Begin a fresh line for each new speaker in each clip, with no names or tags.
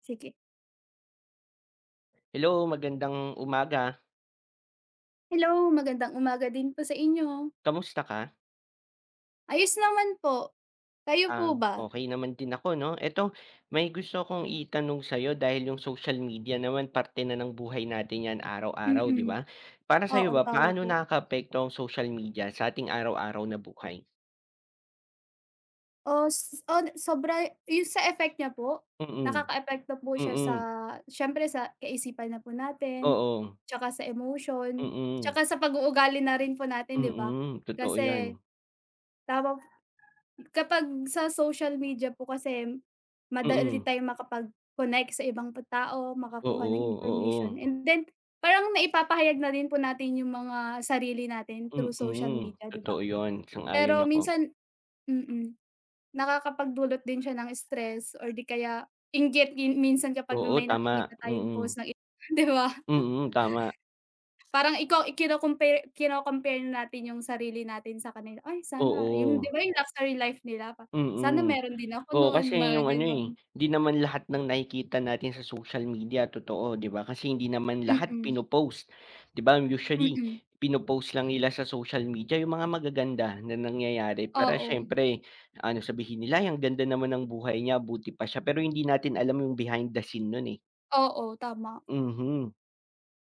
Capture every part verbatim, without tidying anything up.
Sige.
Hello, magandang umaga.
Hello, magandang umaga din po sa inyo.
Kamusta ka?
Ayos naman po, kayo po
Ah,
ba?
okay naman din ako 'no. Eto, may gusto akong itanong sa'yo dahil yung social media naman parte na ng buhay natin 'yan araw-araw, 'di
Mm,
ba? Para sa'yo
oo,
ba,
tama
paano
po.
nakakaapekto ang social media sa ating araw-araw na buhay?
Os od Sobra yung sa effect niya po,
Mm,
epekto po siya sa,
mm,
siyempre, sa kaisipan na po natin,
oo,
tsaka sa emotion,
mm,
tsaka sa pag-uugali na rin po natin, 'di ba?
mm, totoo 'yan.
Kasi tama Kapag sa social media po kasi, madali
Mm,
tayong makapag-connect sa ibang pa tao, makakuha ng
oo,
information,
oo,
and then parang naipapahayag na din po natin yung mga sarili natin through social
mm,
media, 'di ba?
totoo 'yun,
Pero
sang-ayon ako.
minsan, mm, nakakapagdulot din siya ng stress, or di kaya inggit min minsan kapag
Oo,
may
tama,
nakikita tayong
mm,
post ng i 'di ba?
mm, tama,
Parang ikaw ikino-compare kino-compare natin yung sarili natin sa kanila, "Ay sana," yung 'di
oo.
ba yung luxury life nila pa, "Sana
Mm.
meron din ako
Oo,
nun,"
kasi
mga
yung ano, eh,
ganun.
hindi naman lahat ng nakikita natin sa social media totoo, 'di ba? Kasi hindi naman lahat
Mm,
pino-post, 'di ba? Usually,
mm.
pino-post lang nila sa social media yung mga magaganda na nangyayari para
Oo,
siyempre ano, sabihin nila, "Ay, ang ganda naman ng buhay niya, buti pa siya." Pero hindi natin alam yung behind the scene nun, eh.
oo, tama.
Mhm.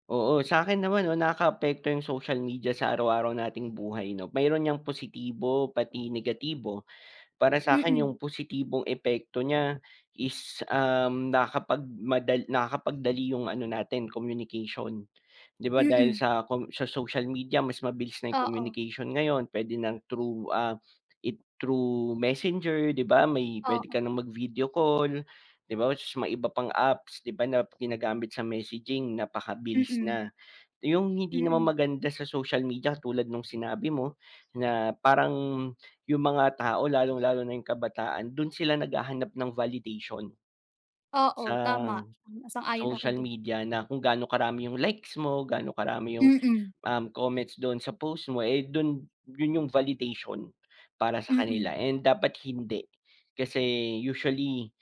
Oo, sa'kin naman 'no, nakakaapekto yung social media sa araw-araw nating buhay 'no. Mayro'n niyang positibo, pati negatibo. Para sa'kin
Mm,
yung positibong epekto niya is, um, nakakapagmadal nakakapagdali yung ano natin communication. 'Di ba dahil
mm.
sa com sa social media mas mabilis na yung
Oo,
communication ngayon, puwede ng through, ah, it through Messenger, 'di ba, may puwede
oo,
ka ng mag-video call, 'di ba, ta's may iba pang apps 'di ba na ginagamit sa messaging napakabilis
mm,
na. Yung hindi naman
mm.
maganda sa social media tulad nung sinabi mo na parang yung mga tao lalong-lalo na yung kabataan, dun sila naghahanap ng validation
Oo,
sa
tama, sang-ayon ako
social
dun.
media na kung gaano karami yung likes mo, gaano karami yung,
Mm,
um, comments dun sa post mo, eh, dun yun yung validation para sa
mm.
kanila, and dapat hindi. Kasi usually,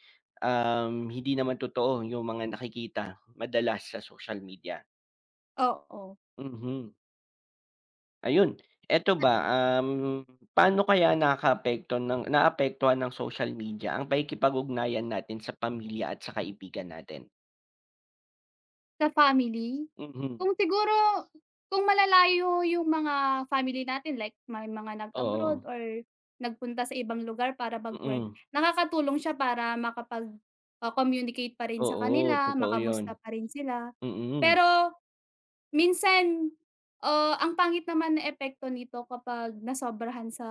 um, hindi naman totoo yung mga nakikita madalas sa social media.
Oo.
Mhm. Ayun, eto ba, um, paano kaya nakakaapekto ng naapektuhan ng social media ang pakikipag-ugnayan natin sa pamilya at sa kaibigan natin?
Sa family?
Mhm,
Kung siguro kung malalayo yung mga family natin, like may mga nag-abroad
oo,
or nagpunta sa ibang lugar para mag-work,
mm.
nakakatulong siya para makapag, ah, communicate pa rin sa
Oo,
kanila,
totoo yun,
makamusta pa rin sila.
mm.
Pero minsan, ah, ang pangit naman na epekto nito kapag nasobrahan sa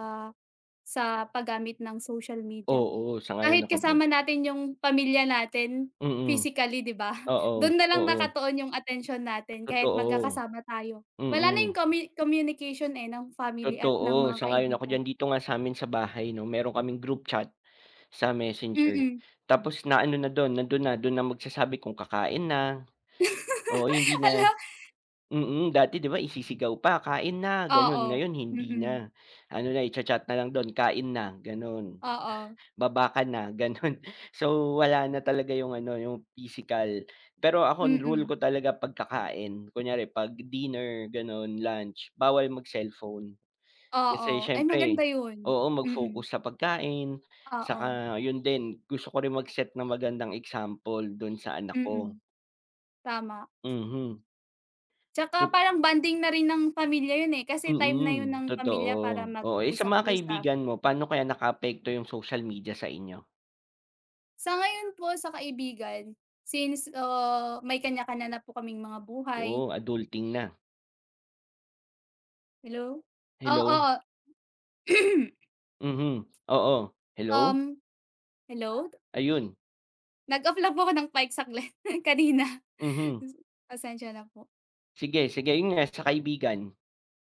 sa paggamit ng social media.
Oo, sang-ayon
Kahit
ako dun,
kasama natin yung pamilya natin
mm.
physically, 'di ba?
Oo,
Don na lang
oo,
nakatuon yung atensyon natin kahit
totoo,
magkakasama tayo. Wala na yung
mm.
commu communication, eh, ng family at ng
Totoo,
mga
sang-ayon ako
kaibigan.
diyan. Dito nga sa'min sa bahay 'no, meron kaming group chat sa Messenger,
Mm.
tapos na ano na dun, nandun na, dun na magsasabi kung kakain na, oo, hindi na.
Hala.
Mm, dati 'di ba isisigaw pa, "Kain na," gano'n.
Oo,
Ngayon hindi
mm,
na. Ano na, i-cha-chat na lang do'n, "Kain na," gano'n,
oo,
"Baba ka na," gano'n. So, wala na talaga yung ano, yung physical. Pero ako ang rule
mm,
ko talaga pagkakain, kunyari 'pag dinner gano'n, lunch, bawal mag-cellphone. Kasi
oo. Ay,
siyempre
maganda yun.
oo,
Mm,
mag-focus sa pagkain,
oo,
saka yun din, gusto ko rin mag-set ng magandang example do'n sa anak ko.
mm, tama.
Mhm.
Tsaka parang bonding na rin ng pamilya yun, eh, kasi time na yun ng
Mm, totoo.
pamilya para
Oo, eh, sa mga
makipag-usap-usap.
kaibigan mo, paano kaya nakaapekto yung social media sa inyo?
Sa ngayon po sa kaibigan, since, ah, may kanya-kanya na po kaming mga
Oo,
buhay.
adulting na.
Hello?
Hello?
Oo.
Mhm, oo. Hello?
Um, hello?
Ayun,
Nag-off lang po ako ng mic saglit kanina.
mhm.
Pasensya na po.
Sige, sige, yun nga sa kaibigan.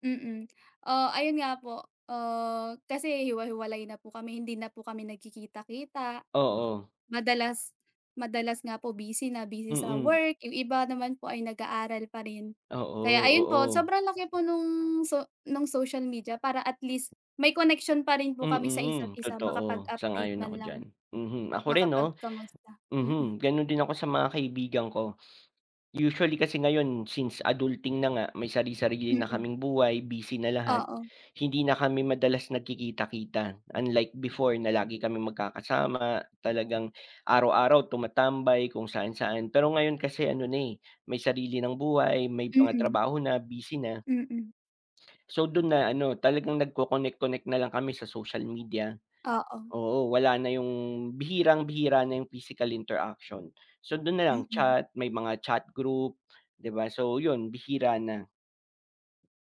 Mm. Ah, ayun nga po, ah, kasi hiwa-hiwalay na po kami, hindi na po kami nagkikita-kita. Ah.
Oo,
Madalas madalas nga po busy na busy sa
mm.
work, yung iba naman po ay nag-aaral pa rin.
Oo,
Kaya ayun po,
oo.
sobrang laki po nung so nung social media para at least may connection pa rin po kami sa isa't
Mm,
isa,
totoo.
makapag-update
Sang-ayon ako
man lang,
diyan. Mhm, ako rin 'no.
makapagkamusta. Mm,
Mhm, gano'n din ako sa mga kaibigan ko. Usually kasi ngayon since adulting na nga, may sari-sarili na
mm.
kaming buhay, busy na lahat,
Oo,
hindi na kami madalas nagkikita-kita. Unlike before na lagi kami magkakasama, talagang araw-araw tumatambay kung saan-saan. Pero ngayon kasi ano na, eh, may sarili ng buhay, may
mm,
mga
mm.
trabaho na, busy na. So, dun na ano, talagang nagko-connect-connect na lang kami sa social media.
Oo,
Oo, wala na yung bihirang-bihira na yung physical interaction. So, dun na lang
mm.
chat, may mga chat group, 'di ba? So, yun bihira na,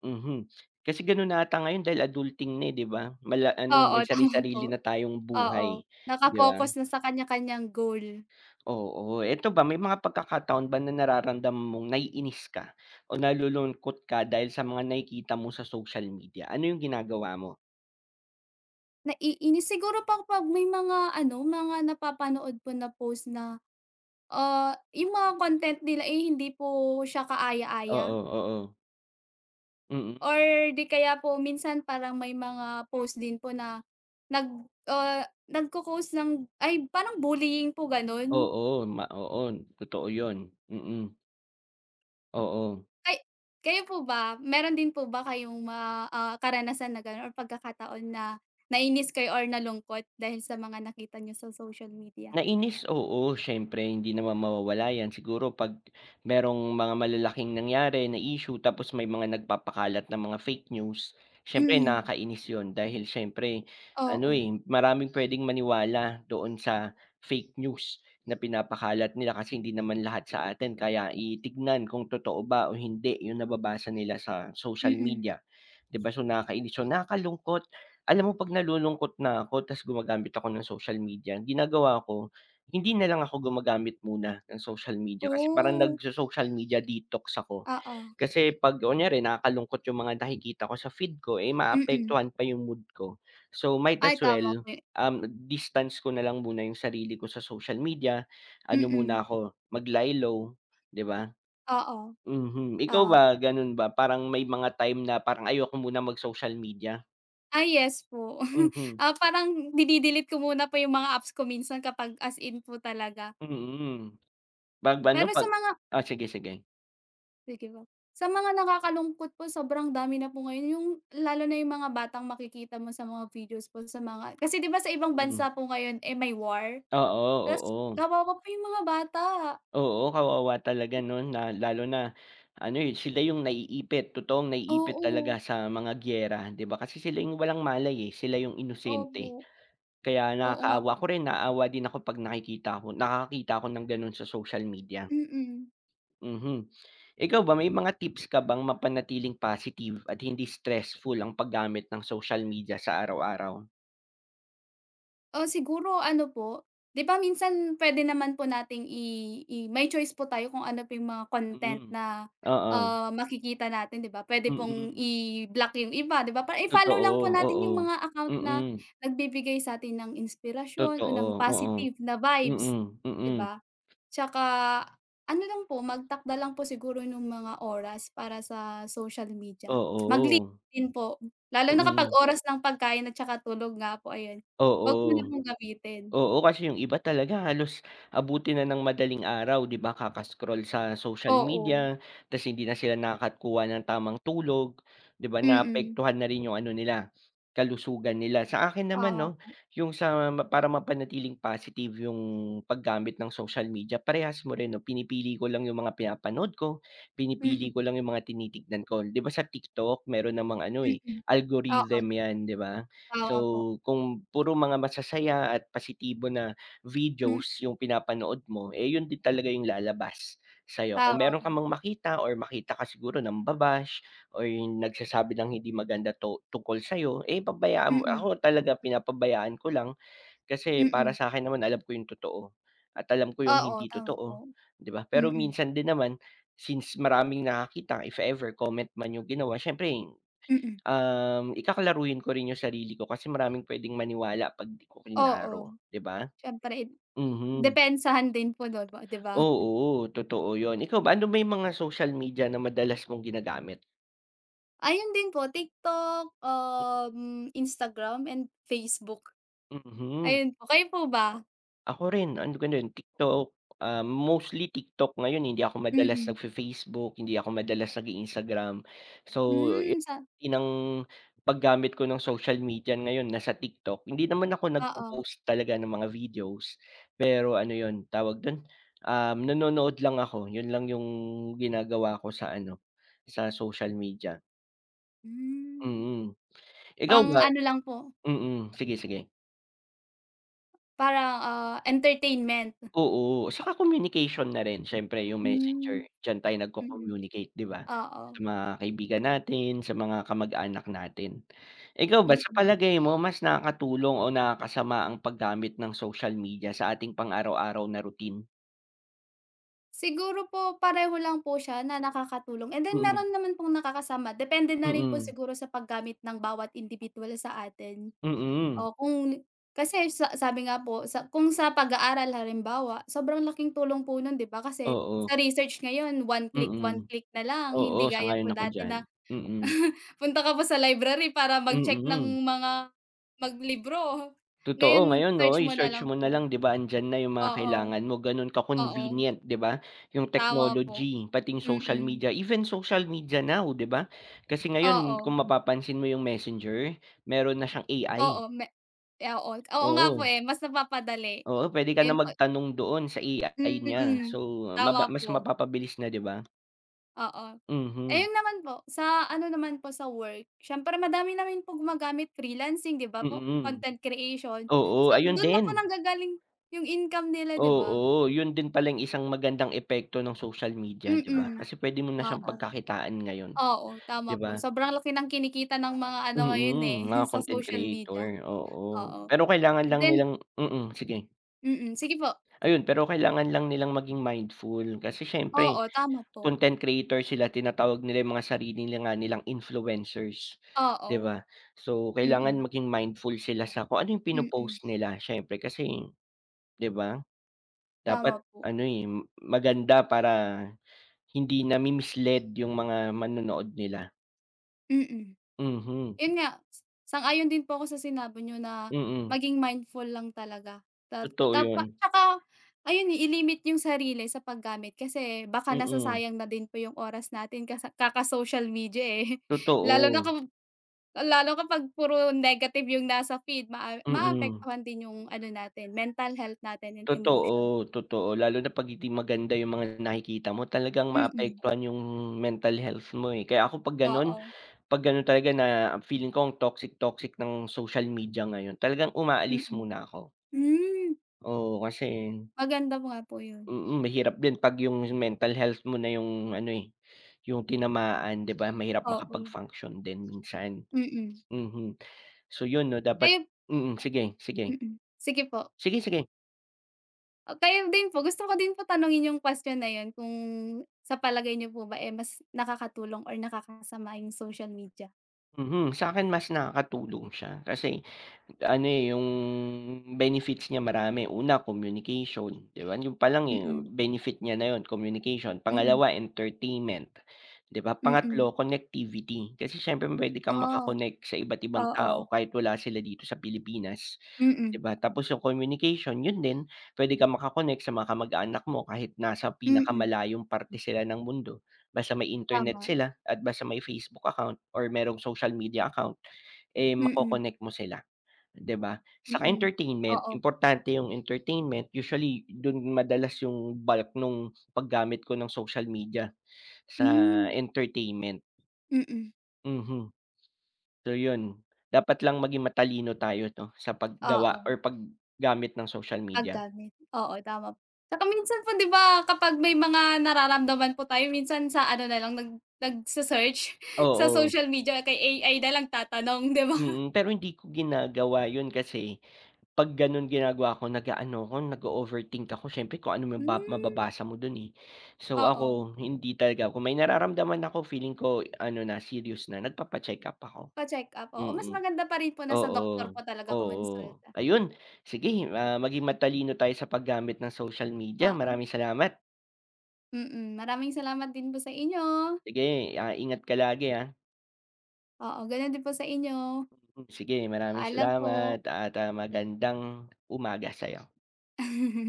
mhm. Kasi ganon na ata ngayon dahil adulting na, eh, 'di ba? Mala ano,
Oo,
may
tama po.
sari-sarili na tayong
Oo,
buhay, 'di ba?
naka-focus na sa kanya-kanyang goal.
Oo, eto ba may mga pagkakataon ba na nararamdaman mong naiinis ka o nalulungkot ka dahil sa mga nakikita mo sa social media? Ano yung ginagawa mo?
Naiinis siguro pa kapag may mga ano, mga napapanood po na post na, ah, yung mga content nila, eh, hindi po siya kaaya-aya,
Oo, oo. Mm.
or di kaya po minsan parang may mga post din po na nag ah, nagko-cause ng, ay, parang bullying po gano'n.
Oo, ma oo, totoo yun. Mm. Oo.
Ay, kayo po ba, meron din po ba kayong ma ah, karanasan na gano'n or pagkakataon na nainis kayo or nalungkot dahil sa mga nakita niyo sa social media?
Nainis, oo, syempre hindi naman mawawala 'yan. Siguro 'pag merong mga malalaking nangyari na issue tapos may mga nagpapakalat ng mga fake news, siyempre
Mm,
nakakainis 'yun dahil syempre
oo,
ano, eh, maraming pwedeng maniwala doon sa fake news na pinapakalat nila kasi hindi naman lahat sa atin kaya titignan kung totoo ba o hindi 'yung nababasa nila sa social
mm.
media, 'di ba? So, nakakainis 'yun, nakakalungkot. Alam mo 'pag nalulungkot na ako ta's gumagamit ako ng social media, ang ginagawa ko, hindi na lang ako gumagamit muna ng social media kasi parang
Oh,
nagso-social media detox ako.
oo,
Kasi 'pag kunyari nakakalungkot yung mga nakikita ko sa feed ko, eh,
mm.
maapektuhan pa yung mood ko. So, might
Ay,
as
tama po
well,
yu
um, distance ko na lang muna yung sarili ko sa social media, ano
mm,
muna ako, mag-lie low, 'di ba?
oo,
Mhm, ikaw
tama
ba,
po.
gano'n ba? Parang may mga time na parang ayoko muna mag-social media?
Ay, yes po.
Mhm.
Ah, parang dine-delete ko muna po yung mga apps ko minsan, kapag as in po talaga.
Mm, 'pag ano
Pero sa
'pag,
mga
oh, sige, sige.
Sige po. Sa mga nakakalungkot po, sobrang dami na po ngayon, yung lalo na yung mga batang makikita mo sa mga videos po sa mga, kasi 'di ba sa ibang
Mm,
bansa po ngayon, eh, may war,
oo,
ta's
oo.
kawawa po yung mga bata.
Oo, kawawa talaga 'no na lalo na ano, eh, sila yung naiipit, totoong naiipit
Oo,
talaga sa mga giyera, 'di ba? Kasi sila yung walang malay, eh, sila yung
opo,
inosente. Kaya
oo nga
nakakaawa
po.
ako rin, naawa din ako 'pag nakikita ko nakakita ako ng gano'n sa social media,
Mm.
mhm. Ikaw ba, may mga tips ka bang mapanatiling positive at hindi stressful ang paggamit ng social media sa araw-araw?
Oh, siguro ano po, 'di ba minsan puwede naman po nating i i may choice po tayo kung ano po yung mga content
Hmm,
na,
oo.
ah, makikita natin, 'di ba? Puwede pong
Mm,
i-block yung iba, 'di ba? Para i-follow lang po
totoo,
natin
oo.
yung mga account na
Mm,
nagbibigay sa'tin ng inspirasyon o
totoo,
ng
oo.
positive na vibes,
Mm,
'di
mm,
ba? Tsaka ano lang po, magtakda lang po siguro nung mga oras para sa social media. Mag-limit
oo.
din po, lalo na kapag
Mm,
oras ng pagkain at tsaka tulog nga po, ayun. 'Wag mo na
oo.
pong gamitin.
Oo, kasi yung iba talaga halos abutin na ng madaling araw, 'di ba, kaka-scroll sa social
Oo,
media, tas hindi na sila nakakakuha ng tamang tulog, 'di ba,
mm.
naapektuhan na rin yung ano nila, kalusugan nila. Sa akin naman
Tama
'no,
po.
yung sa ma para mapanatiling positive yung paggamit ng social media, parehas mo rin 'no, pinipili ko lang yung mga pinapanood ko,
Mm,
pinipili ko lang yung mga tinitignan ko. 'Di ba sa TikTok meron namang ano,
mm,
eh,
mm.
algorithm 'yan, 'di ba?
Oo, tama po.
So, kung puro mga masasaya at positibo na
Hmm,
videos yung pinapanood mo, eh, yun din talaga yung lalabas sa'yo. Kung meron ka
tama.
mang makita or makita ka siguro ng babash or yung nagsasabi ng hindi maganda to tungkol sa'yo, eh,
Mm,
pabayaan mo.
mm,
Ako talaga pinapabayaan ko lang kasi para
mm.
sa akin naman alam ko yung totoo at alam ko yung
Oo,
hindi
tama po.
totoo, 'di ba?
Mm,
Pero
mm,
minsan din naman, since maraming nakakita, if ever, comment man yung ginawa, siyempre
mm.
Um, ikakalaruin ko rin yung sarili ko kasi maraming pwedeng maniwala 'pag 'di ko
Oo,
kinlaro, 'di ba?
siyempre
Mhm.
depensahan din po nun, 'di ba?
Oo, totoo yon. Ikaw ba, ano ba yung mga social media na madalas mong ginagamit?
Ayun din po, TikTok, um, Instagram, and Facebook.
Mhm.
Ayun po, kayo po ba?
Ako rin, ano gano'n, TikTok, ah, mostly TikTok ngayon, eh, hindi ako Mm. madalas
Mm.
nagfe-Facebook, hindi ako madalas nag-i-Instagram. So, yung
Hmm, sa
ng paggamit ko ng social media ngayon nasa TikTok. Hindi naman ako
oo.
nagpo-post talaga ng mga videos, pero ano yun, tawag dun, um, nanonood lang ako. Yun lang yung ginagawa ko sa ano, sa social media.
Hmm,
Mm. Ikaw ba?
pang-ano lang po,
Mm, sige, sige.
parang, ah, entertainment.
Oo, saka communication na rin siyempre yung Mm. Messenger,
Hmm,
diyan tayo
mm.
nagko-communicate 'di ba? Sa
Oo,
mga kaibigan natin, sa mga kamag-anak natin. Ikaw ba sa
mm.
palagay mo mas nakakatulong o nakakasama ang paggamit ng social media sa ating pang-araw-araw na routine?
Siguro po pareho lang po siya na nakakatulong, and then
Mm,
meron naman pong nakakasama, depende na rin po
mm,
siguro sa paggamit ng bawat indibidwal sa atin.
mm,
O kung kasi sa sabi nga po sa kung sa pag-aaral halimbawa, sobrang laking tulong po nun, 'di ba? Kasi
oo,
sa research ngayon one click, one
mm,
click na lang,
oo,
hindi gaya po
sang-ayon ako
dati
diyan,
na
mm,
punta ka pa sa library para mag-check
mm.
ng mga maglibro.
Totoo
Ngayon
ngayon 'no,
search mo na
i-search
lang
mo na
po.
lang 'di ba andiyan na yung mga
Oo,
kailangan mo gano'n
oo,
ka-convenient 'di ba, yung
tama po.
technology pati yung social
Mm,
media, even social media now 'di ba? Kasi ngayon
oo,
kung mapapansin mo yung Messenger, meron na siyang A I,
oo, me eh, oo, oo nga po,
oo,
eh, mas napapadali.
oo puwede ka na
Ayun po,
magtanong doon sa A I niya
mm,
so maba
tama
mas
po,
mapapabilis na 'di ba?
oo.
Mhm,
Ayun naman po, sa ano naman po sa work, siyempre madami namin po gumagamit freelancing, 'di ba po,
mm,
content creation.
oo
So,
ayun
do'n na
din,
po nanggagaling yung income nila, 'di ba?
oo yun din pala yung isang magandang epekto ng social media 'di ba?
Mm,
Kasi puwede mo na siyang
oo,
pagkakitaan ngayon
oo, tama
'di
po.
ba?
Sobrang laki ng kinikita ng mga ano ngayon, eh,
Mm, mga
sa
content
social
creator,
media,
oo.
oo.
Pero kailangan lang
Then,
nilang mm, sige.
mm, sige po.
Ayun, pero kailangan lang nilang maging mindful kasi siyempre
Oo, tama po.
content creator sila tinatawag nila yung mga sarili nila nga nilang influencers,
Oo,
'di ba? So, kailangan
mm,
maging mindful sila sa kung ano yung
mm,
pino-post nila siyempre kasi, 'di ba, dapat
tama po,
ano, eh, maganda para hindi nami-mislead yung mga manonood nila.
mm.
Mhm,
Yun nga, sang-ayon din po ako sa sinabi niyo na
mm.
maging mindful lang talaga. Tap
Totoo
tapa
yun,
Tsaka ayun, eh, i-limit yung sarili sa paggamit, kasi baka
mm,
nasasayang na din po yung oras natin kasa kaka-social media, eh. Lalo na
totoo.
kung lalo kapag puro negative yung nasa feed, maa
Mm,
maapektuhan din yung ano natin, mental health natin and
totoo,
emotion.
totoo lalo na 'pag hindi maganda yung mga nakikita mo talagang
Mm,
maapektuhan yung mental health mo, eh. Kaya ako 'pag gano'n
oo,
'pag gano'n talaga na feeling ko ang toxic-toxic ng social media ngayon talagang umaalis
mm.
muna ako.
Hmm,
Oo, kasi
maganda nga po yun.
mm, mahirap din 'pag yung mental health mo na yung ano, eh, yung tinamaan 'di ba mahirap
Oo,
makapag-function din minsan.
mm.
Mhm. So yun 'no dapat
Kayo
mm, sige, sige.
mm, Sige po.
Sige, sige.
Oh, kayo din po, gusto ko din po tanungin yung question na yun, kung sa palagay niyo po ba, eh, mas nakakatulong or nakakasama yung social media?
Mhm, sa'kin mas nakakatulong siya kasi ano, eh, yung benefits niya marami. Una, communication, 'di ba? Yung pa lang, eh,
Mm,
benefit niya na yun, communication.
mm,
Pangalawa, entertainment, 'di ba?
mm.
Pangatlo, connectivity. Kasi siyempre puwede kang
Oh,
maka-connect sa iba't ibang
oo.
tao kahit wala sila dito sa Pilipinas, 'di
Mm,
ba? Tapos yung communication, yun din, puwede kang maka-connect sa mga kamag-anak mo kahit nasa
mm.
pinakamalayong parte sila ng mundo. Basta may internet
Tama.
sila at basta may Facebook account or merong social media account, eh,
Mm,
mako-connect mo sila. 'Di ba? Saka
mm.
entertainment,
Oo.
importante yung entertainment. Usually dun madalas yung bulk nung paggamit ko ng social media sa
Hmm,
entertainment,
mm.
mhm. So yun, dapat lang maging matalino tayo 'no sa paggawa
Oo,
or paggamit ng social media.
paggamit. Oo, tama. Tsaka minsan po 'di ba kapag may mga nararamdaman po tayo minsan sa ano, na lang nag nagse-search sa
Oo,
social media, kay A I na lang tatanong, 'di ba?
mm. Pero hindi ko ginagawa yun kasi 'pag gano'n ginagawa ko nag-aano ako, nag-o-overthink ako siyempre kung ano maba
Hmm,
mababasa mo do'n, eh. So
oo.
ako, hindi talaga, kung may nararamdaman ako feeling ko ano na, serious na, nagpapa-check up ako.
Pa-check-up, oo. Mas
Mm,
maganda pa rin po na sa
oo,
doktor po talaga
oo.
kumonsulta.
Ayun, sige, ah, maging matalino tayo sa paggamit ng social media.
Oo,
Maraming salamat.
mm. Maraming salamat din po sa inyo.
Sige, ah, ingat ka lagi, ah.
Oo, gano'n din po sa inyo.
Mm, sige maraming
Paalam po.
salamat at, ah, magandang umaga sa'yo.